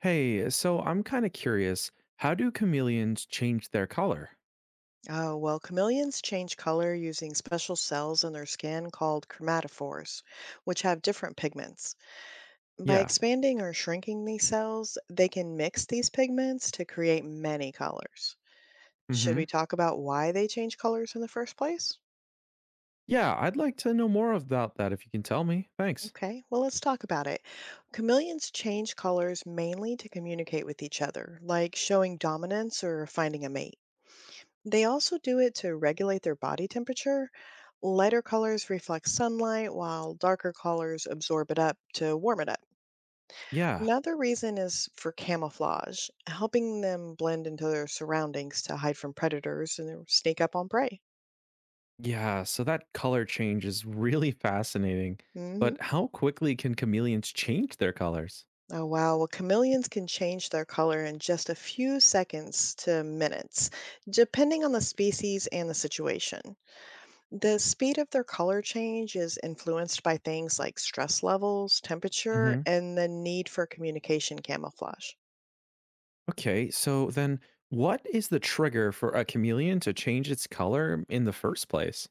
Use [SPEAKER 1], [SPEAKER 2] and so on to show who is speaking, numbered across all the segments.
[SPEAKER 1] Hey, so I'm kind of curious. How do chameleons change their color?
[SPEAKER 2] Oh, well, chameleons change color using special cells in their skin called chromatophores, which have different pigments. By
[SPEAKER 1] Yeah.
[SPEAKER 2] expanding or shrinking these cells, they can mix these pigments to create many colors. Should
[SPEAKER 1] Mm-hmm.
[SPEAKER 2] we talk about why they change colors in the first place?
[SPEAKER 1] Yeah, I'd like to know more about that if you can tell me. Thanks.
[SPEAKER 2] Okay, well, let's talk about it. Chameleons change colors mainly to communicate with each other, like showing dominance or finding a mate. They also do it to regulate their body temperature. Lighter colors reflect sunlight, while darker colors absorb it up to warm it up.
[SPEAKER 1] Yeah.
[SPEAKER 2] Another reason is for camouflage, helping them blend into their surroundings to hide from predators and sneak up on prey.
[SPEAKER 1] Yeah, so that color change is really fascinating.
[SPEAKER 2] Hmm.
[SPEAKER 1] But how quickly can chameleons change their colors?
[SPEAKER 2] Oh, wow. Well, chameleons can change their color in just a few seconds to minutes, depending on the species and the situation. The speed of their color change is influenced by things like stress levels, temperature,
[SPEAKER 1] Mm-hmm.
[SPEAKER 2] and the need for communication camouflage.
[SPEAKER 1] Okay, so then what is the trigger for a chameleon to change its color in the first place?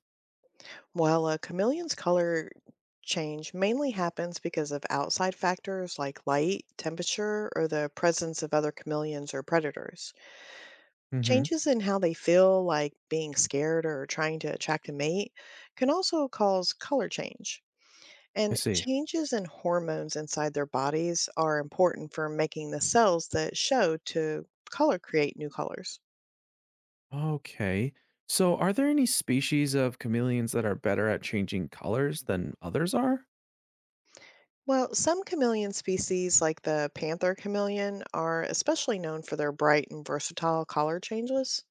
[SPEAKER 2] While a chameleon's color change mainly happens because of outside factors like light, temperature, or the presence of other chameleons or predators,
[SPEAKER 1] Mm-hmm.
[SPEAKER 2] changes in how they feel, like being scared or trying to attract a mate, can also cause color change.
[SPEAKER 1] I
[SPEAKER 2] And
[SPEAKER 1] see.
[SPEAKER 2] changes in hormones inside their bodies are important for making the cells that show to color create new colors.
[SPEAKER 1] Okay. So, are there any species of chameleons that are better at changing colors than others are?
[SPEAKER 2] Well, some chameleon species, like the panther chameleon, are especially known for their bright and versatile color changes.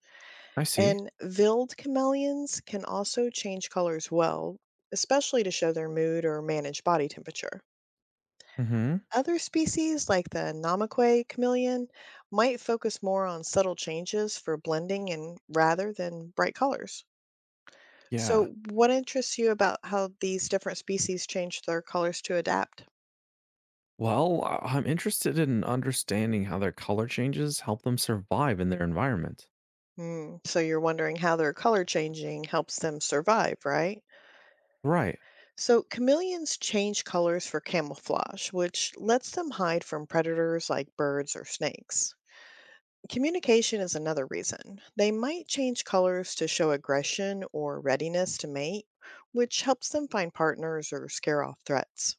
[SPEAKER 1] I see.
[SPEAKER 2] And veiled chameleons can also change colors well, especially to show their mood or manage body temperature.
[SPEAKER 1] Hmm.
[SPEAKER 2] Other species, like the namaque chameleon, might focus more on subtle changes for blending and rather than bright colors.
[SPEAKER 1] Yeah.
[SPEAKER 2] So, what interests you about how these different species change their colors to adapt?
[SPEAKER 1] Well, I'm interested in understanding how their color changes help them survive in their environment.
[SPEAKER 2] Mm, so, you're wondering how their color changing helps them survive, right?
[SPEAKER 1] Right.
[SPEAKER 2] So, chameleons change colors for camouflage, which lets them hide from predators like birds or snakes. Communication is another reason. They might change colors to show aggression or readiness to mate, which helps them find partners or scare off threats.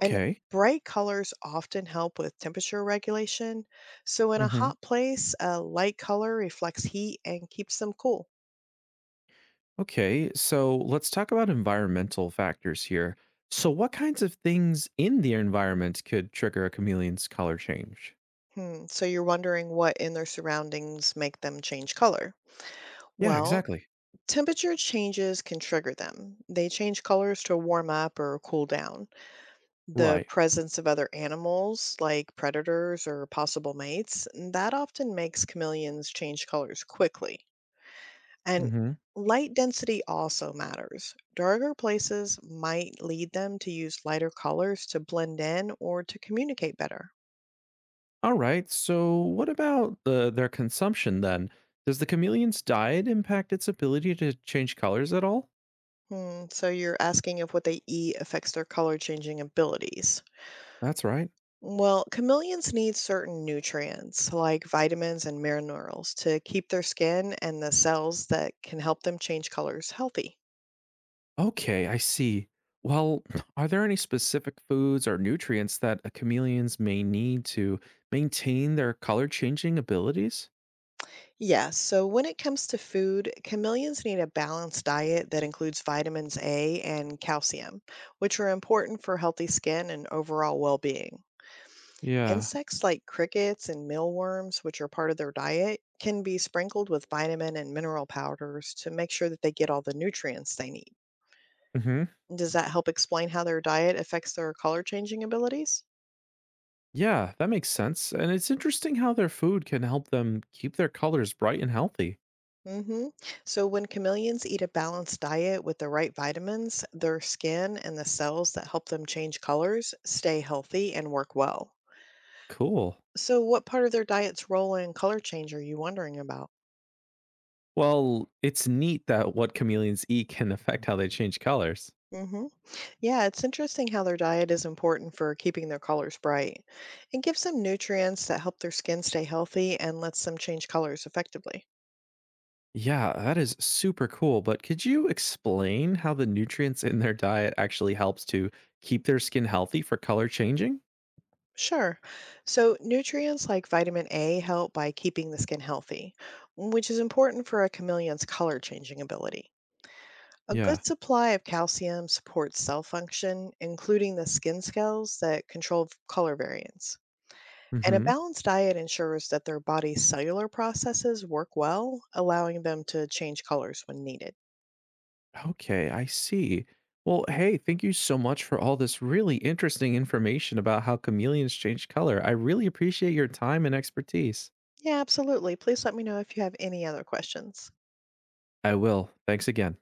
[SPEAKER 2] And bright colors often help with temperature regulation. So, in a
[SPEAKER 1] Hmm.
[SPEAKER 2] hot place, a light color reflects heat and keeps them cool.
[SPEAKER 1] Okay. So, let's talk about environmental factors here. So, what kinds of things in the environment could trigger a chameleon's color change?
[SPEAKER 2] Hmm, so, you're wondering what in their surroundings make them change color.
[SPEAKER 1] Yeah,
[SPEAKER 2] Well,
[SPEAKER 1] exactly.
[SPEAKER 2] temperature changes can trigger them. They change colors to warm up or cool down. The
[SPEAKER 1] Right.
[SPEAKER 2] presence of other animals like predators or possible mates, and that often makes chameleons change colors quickly. And
[SPEAKER 1] Mm-hmm.
[SPEAKER 2] light density also matters. Darker places might lead them to use lighter colors to blend in or to communicate better.
[SPEAKER 1] All right. So, what about their consumption then? Does the chameleon's diet impact its ability to change colors at all?
[SPEAKER 2] Hmm, so you're asking if what they eat affects their color changing abilities.
[SPEAKER 1] That's right.
[SPEAKER 2] Well, chameleons need certain nutrients like vitamins and minerals to keep their skin and the cells that can help them change colors healthy.
[SPEAKER 1] Okay, I see. Well, are there any specific foods or nutrients that a chameleons may need to maintain their color changing abilities?
[SPEAKER 2] Yes, so when it comes to food, chameleons need a balanced diet that includes vitamins A and calcium, which are important for healthy skin and overall well being.
[SPEAKER 1] Yeah.
[SPEAKER 2] Insects like crickets and mealworms, which are part of their diet, can be sprinkled with vitamin and mineral powders to make sure that they get all the nutrients they need.
[SPEAKER 1] Hmm.
[SPEAKER 2] Does that help explain how their diet affects their color changing abilities?
[SPEAKER 1] Yeah, that makes sense. And it's interesting how their food can help them keep their colors bright and healthy.
[SPEAKER 2] Hmm. So, when chameleons eat a balanced diet with the right vitamins, their skin and the cells that help them change colors stay healthy and work well.
[SPEAKER 1] Cool.
[SPEAKER 2] So, what part of their diet's role in color change are you wondering about?
[SPEAKER 1] Well, it's neat that what chameleons eat can affect how they change colors.
[SPEAKER 2] Hmm. Yeah, it's interesting how their diet is important for keeping their colors bright. It gives them nutrients that help their skin stay healthy and lets them change colors effectively.
[SPEAKER 1] Yeah, that is super cool. But could you explain how the nutrients in their diet actually helps to keep their skin healthy for color changing?
[SPEAKER 2] Sure. So, nutrients like vitamin A help by keeping the skin healthy, which is important for a chameleon's color changing ability. A good
[SPEAKER 1] Yeah.
[SPEAKER 2] supply of calcium supports cell function, including the skin cells that control color variance. And a
[SPEAKER 1] Hmm.
[SPEAKER 2] balanced diet ensures that their body's cellular processes work well, allowing them to change colors when needed.
[SPEAKER 1] Okay, I see. Well, hey, thank you so much for all this really interesting information about how chameleons change color. I really appreciate your time and expertise.
[SPEAKER 2] Yeah, absolutely. Please let me know if you have any other questions.
[SPEAKER 1] I will. Thanks again.